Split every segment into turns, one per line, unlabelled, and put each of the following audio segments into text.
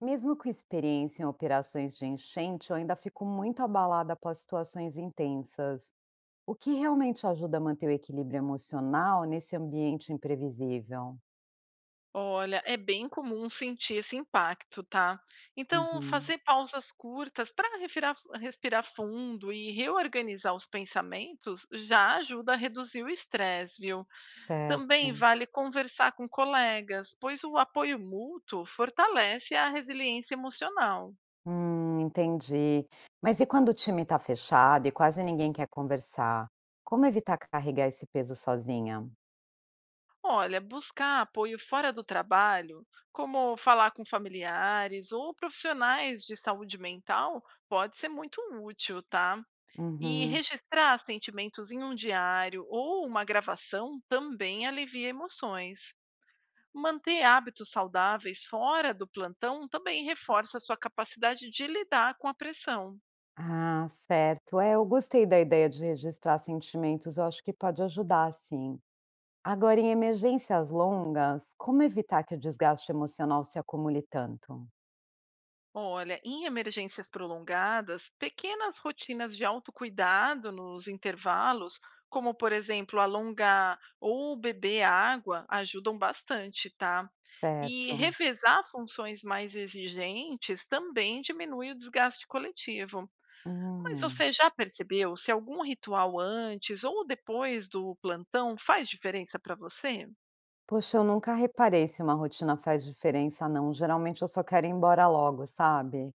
Mesmo com experiência em operações de enchente, eu ainda fico muito abalada após situações intensas. O que realmente ajuda a manter o equilíbrio emocional nesse ambiente imprevisível?
Olha, é bem comum sentir esse impacto, tá? Então,
Uhum,
fazer pausas curtas para respirar, respirar fundo e reorganizar os pensamentos já ajuda a reduzir o estresse, viu? Também
certo.
vale conversar com colegas, pois o apoio mútuo fortalece a resiliência emocional.
Entendi. Mas e quando o time está fechado e quase ninguém quer conversar? Como evitar carregar esse peso sozinha?
Olha, buscar apoio fora do trabalho, como falar com familiares ou profissionais de saúde mental, pode ser muito útil, tá? E
Uhum.
registrar sentimentos em um diário ou uma gravação também alivia emoções. Manter hábitos saudáveis fora do plantão também reforça a sua capacidade de lidar com a pressão.
Ah, certo. É, eu gostei da ideia de registrar sentimentos. Eu acho que pode ajudar, sim. Agora, em emergências longas, como evitar que o desgaste emocional se acumule tanto?
Olha, em emergências prolongadas, pequenas rotinas de autocuidado nos intervalos, como por exemplo alongar ou beber água, ajudam bastante, tá? E
Certo.
revezar funções mais exigentes também diminui o desgaste coletivo. Mas
Hum.
você já percebeu se algum ritual antes ou depois do plantão faz diferença para você?
Poxa, eu nunca reparei se uma rotina faz diferença, não. Geralmente eu só quero ir embora logo, sabe?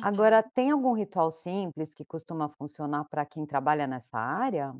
Agora, tem algum ritual simples que costuma funcionar para quem trabalha nessa área?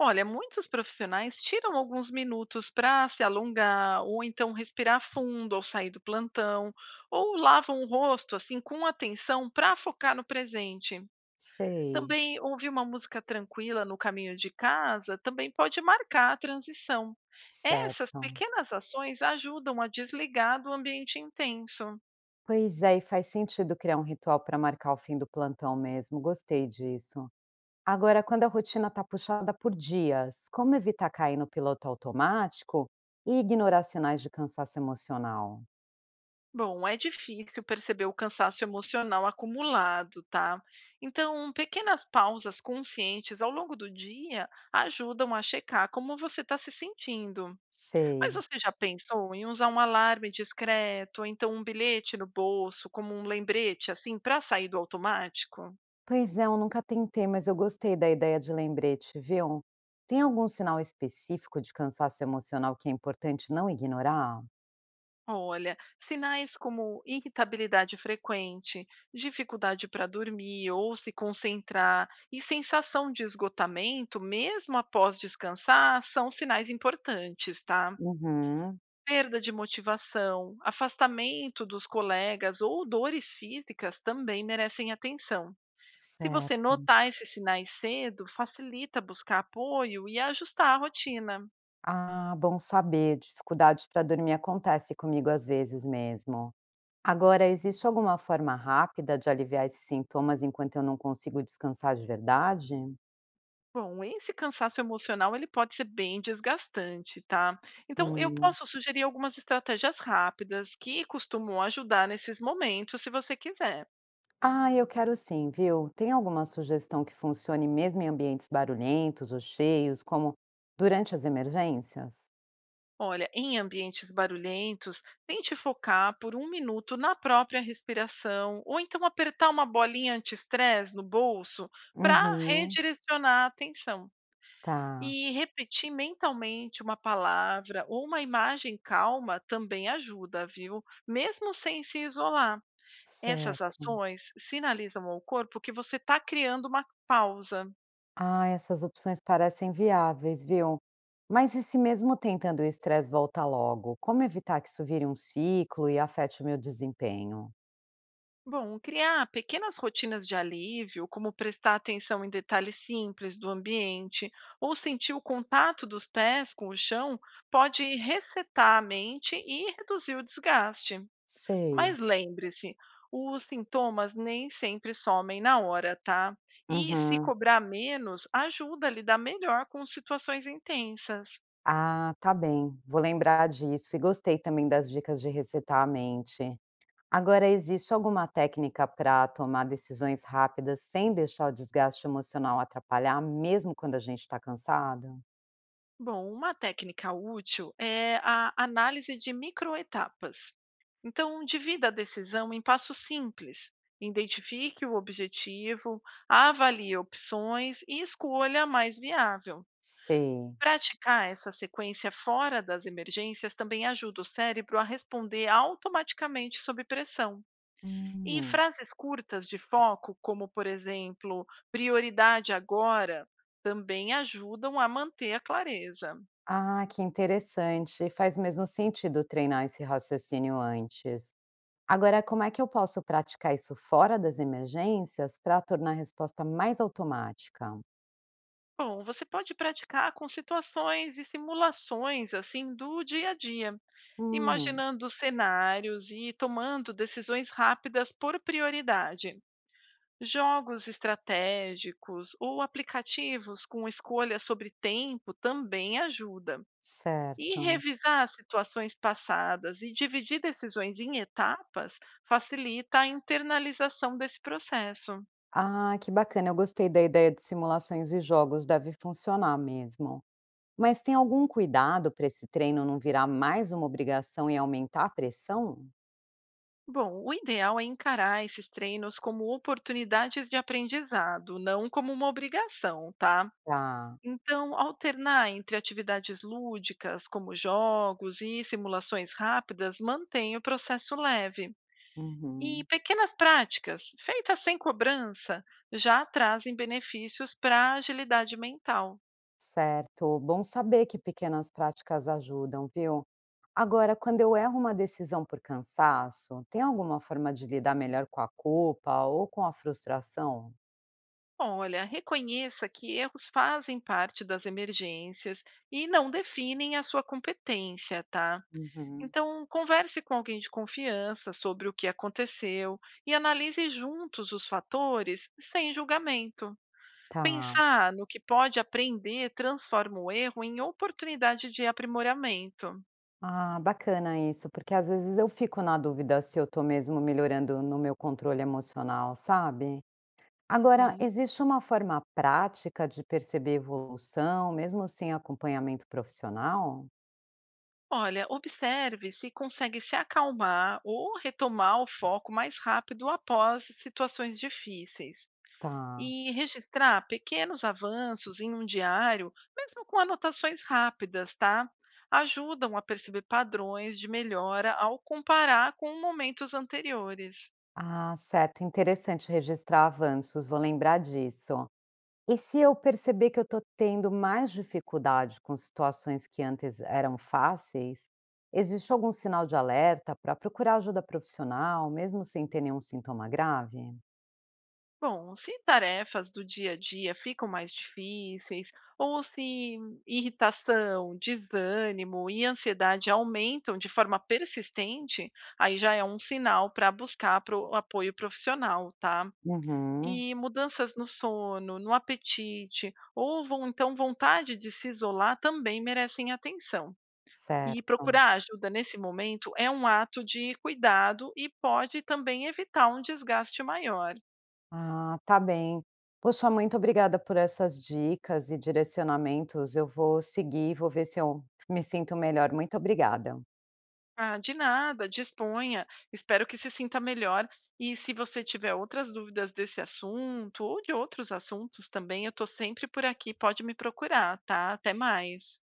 Olha, muitos profissionais tiram alguns minutos para se alongar, ou então respirar fundo ao sair do plantão, ou lavam o rosto assim com atenção para focar no presente.
Sei.
Também ouvir uma música tranquila no caminho de casa também pode marcar a transição. Essas
Certo.
pequenas ações ajudam a desligar do ambiente intenso.
Pois é, e faz sentido criar um ritual para marcar o fim do plantão mesmo. Gostei disso. Agora, quando a rotina está puxada por dias, como evitar cair no piloto automático e ignorar sinais de cansaço emocional?
Bom, é difícil perceber o cansaço emocional acumulado, tá? Então, pequenas pausas conscientes ao longo do dia ajudam a checar como você está se sentindo. Mas
Sei.
você já pensou em usar um alarme discreto, ou então um bilhete no bolso, como um lembrete, assim, para sair do automático?
Pois é, eu nunca tentei, mas eu gostei da ideia de lembrete, viu? Tem algum sinal específico de cansaço emocional que é importante não ignorar?
Olha, sinais como irritabilidade frequente, dificuldade para dormir ou se concentrar e sensação de esgotamento, mesmo após descansar, são sinais importantes, tá?
Uhum.
Perda de motivação, afastamento dos colegas ou dores físicas também merecem atenção. Se você
Certo.
notar esses sinais cedo, facilita buscar apoio e ajustar a rotina.
Ah, bom saber. Dificuldade para dormir acontece comigo às vezes mesmo. Agora, existe alguma forma rápida de aliviar esses sintomas enquanto eu não consigo descansar de verdade?
Bom, esse cansaço emocional ele pode ser bem desgastante, tá? Então, eu
Hum.
posso sugerir algumas estratégias rápidas que costumam ajudar nesses momentos, se você quiser.
Ah, eu quero sim, viu? Tem alguma sugestão que funcione mesmo em ambientes barulhentos ou cheios, como durante as emergências?
Olha, em ambientes barulhentos, tente focar por um minuto na própria respiração, ou então apertar uma bolinha anti-estresse no bolso para
Uhum.
redirecionar a atenção.
Tá,
E repetir mentalmente uma palavra ou uma imagem calma também ajuda, viu? Mesmo sem se isolar. Essas
certo.
ações sinalizam ao corpo que você está criando uma pausa.
Ah, essas opções parecem viáveis, viu? Mas e se mesmo tentando o estresse volta logo? Como evitar que isso vire um ciclo e afete o meu desempenho?
Bom, criar pequenas rotinas de alívio, como prestar atenção em detalhes simples do ambiente ou sentir o contato dos pés com o chão, pode resetar a mente e reduzir o desgaste.
Sei.
Mas lembre-se, os sintomas nem sempre somem na hora, tá? E se
Uhum.
cobrar menos, ajuda a lidar melhor com situações intensas.
Ah, tá bem, vou lembrar disso e gostei também das dicas de resetar a mente. Agora, existe alguma técnica para tomar decisões rápidas sem deixar o desgaste emocional atrapalhar, mesmo quando a gente está cansado?
Bom, uma técnica útil é a análise de microetapas. Então, divida a decisão em passos simples. Identifique o objetivo, avalie opções e escolha a mais viável.
Sei.
Praticar essa sequência fora das emergências também ajuda o cérebro a responder automaticamente sob pressão. E
Hum.
frases curtas de foco, como por exemplo, prioridade agora, também ajudam a manter a clareza.
Ah, que interessante. Faz mesmo sentido treinar esse raciocínio antes. Agora, como é que eu posso praticar isso fora das emergências para tornar a resposta mais automática?
Bom, você pode praticar com situações e simulações assim do dia a dia,
Hum,
imaginando cenários e tomando decisões rápidas por prioridade. Jogos estratégicos ou aplicativos com escolha sobre tempo também ajuda. E
certo.
revisar situações passadas e dividir decisões em etapas facilita a internalização desse processo.
Ah, que bacana, eu gostei da ideia de simulações e jogos, deve funcionar mesmo. Mas tem algum cuidado para esse treino não virar mais uma obrigação e aumentar a pressão?
Bom, o ideal é encarar esses treinos como oportunidades de aprendizado, não como uma obrigação, tá?
Tá.
Então, alternar entre atividades lúdicas, como jogos e simulações rápidas, mantém o processo leve. E
Uhum.
pequenas práticas, feitas sem cobrança, já trazem benefícios para a agilidade mental.
Certo. Bom saber que pequenas práticas ajudam, viu? Agora, quando eu erro uma decisão por cansaço, tem alguma forma de lidar melhor com a culpa ou com a frustração?
Olha, reconheça que erros fazem parte das emergências e não definem a sua competência, tá?
Uhum.
Então, converse com alguém de confiança sobre o que aconteceu e analise juntos os fatores sem julgamento.
Tá.
Pensar no que pode aprender transforma o erro em oportunidade de aprimoramento.
Ah, bacana isso, porque às vezes eu fico na dúvida se eu estou mesmo melhorando no meu controle emocional, sabe? Agora,
Uhum.
existe uma forma prática de perceber evolução, mesmo sem acompanhamento profissional?
Olha, observe se consegue se acalmar ou retomar o foco mais rápido após situações difíceis.
Tá.
E registrar pequenos avanços em um diário, mesmo com anotações rápidas, tá? Ajudam a perceber padrões de melhora ao comparar com momentos anteriores.
Ah, certo, interessante registrar avanços, vou lembrar disso. E se eu perceber que eu estou tendo mais dificuldade com situações que antes eram fáceis, existe algum sinal de alerta para procurar ajuda profissional, mesmo sem ter nenhum sintoma grave?
Bom, se tarefas do dia a dia ficam mais difíceis, ou se irritação, desânimo e ansiedade aumentam de forma persistente, aí já é um sinal para buscar apoio profissional, tá?
Uhum,
E mudanças no sono, no apetite ou vontade de se isolar também merecem atenção. E
certo.
procurar ajuda nesse momento é um ato de cuidado e pode também evitar um desgaste maior.
Ah, tá bem. Poxa, muito obrigada por essas dicas e direcionamentos. Eu vou seguir, vou ver se eu me sinto melhor. Muito obrigada.
Ah, de nada, disponha. Espero que se sinta melhor. E se você tiver outras dúvidas desse assunto ou de outros assuntos também, eu estou sempre por aqui, pode me procurar, tá? Até mais.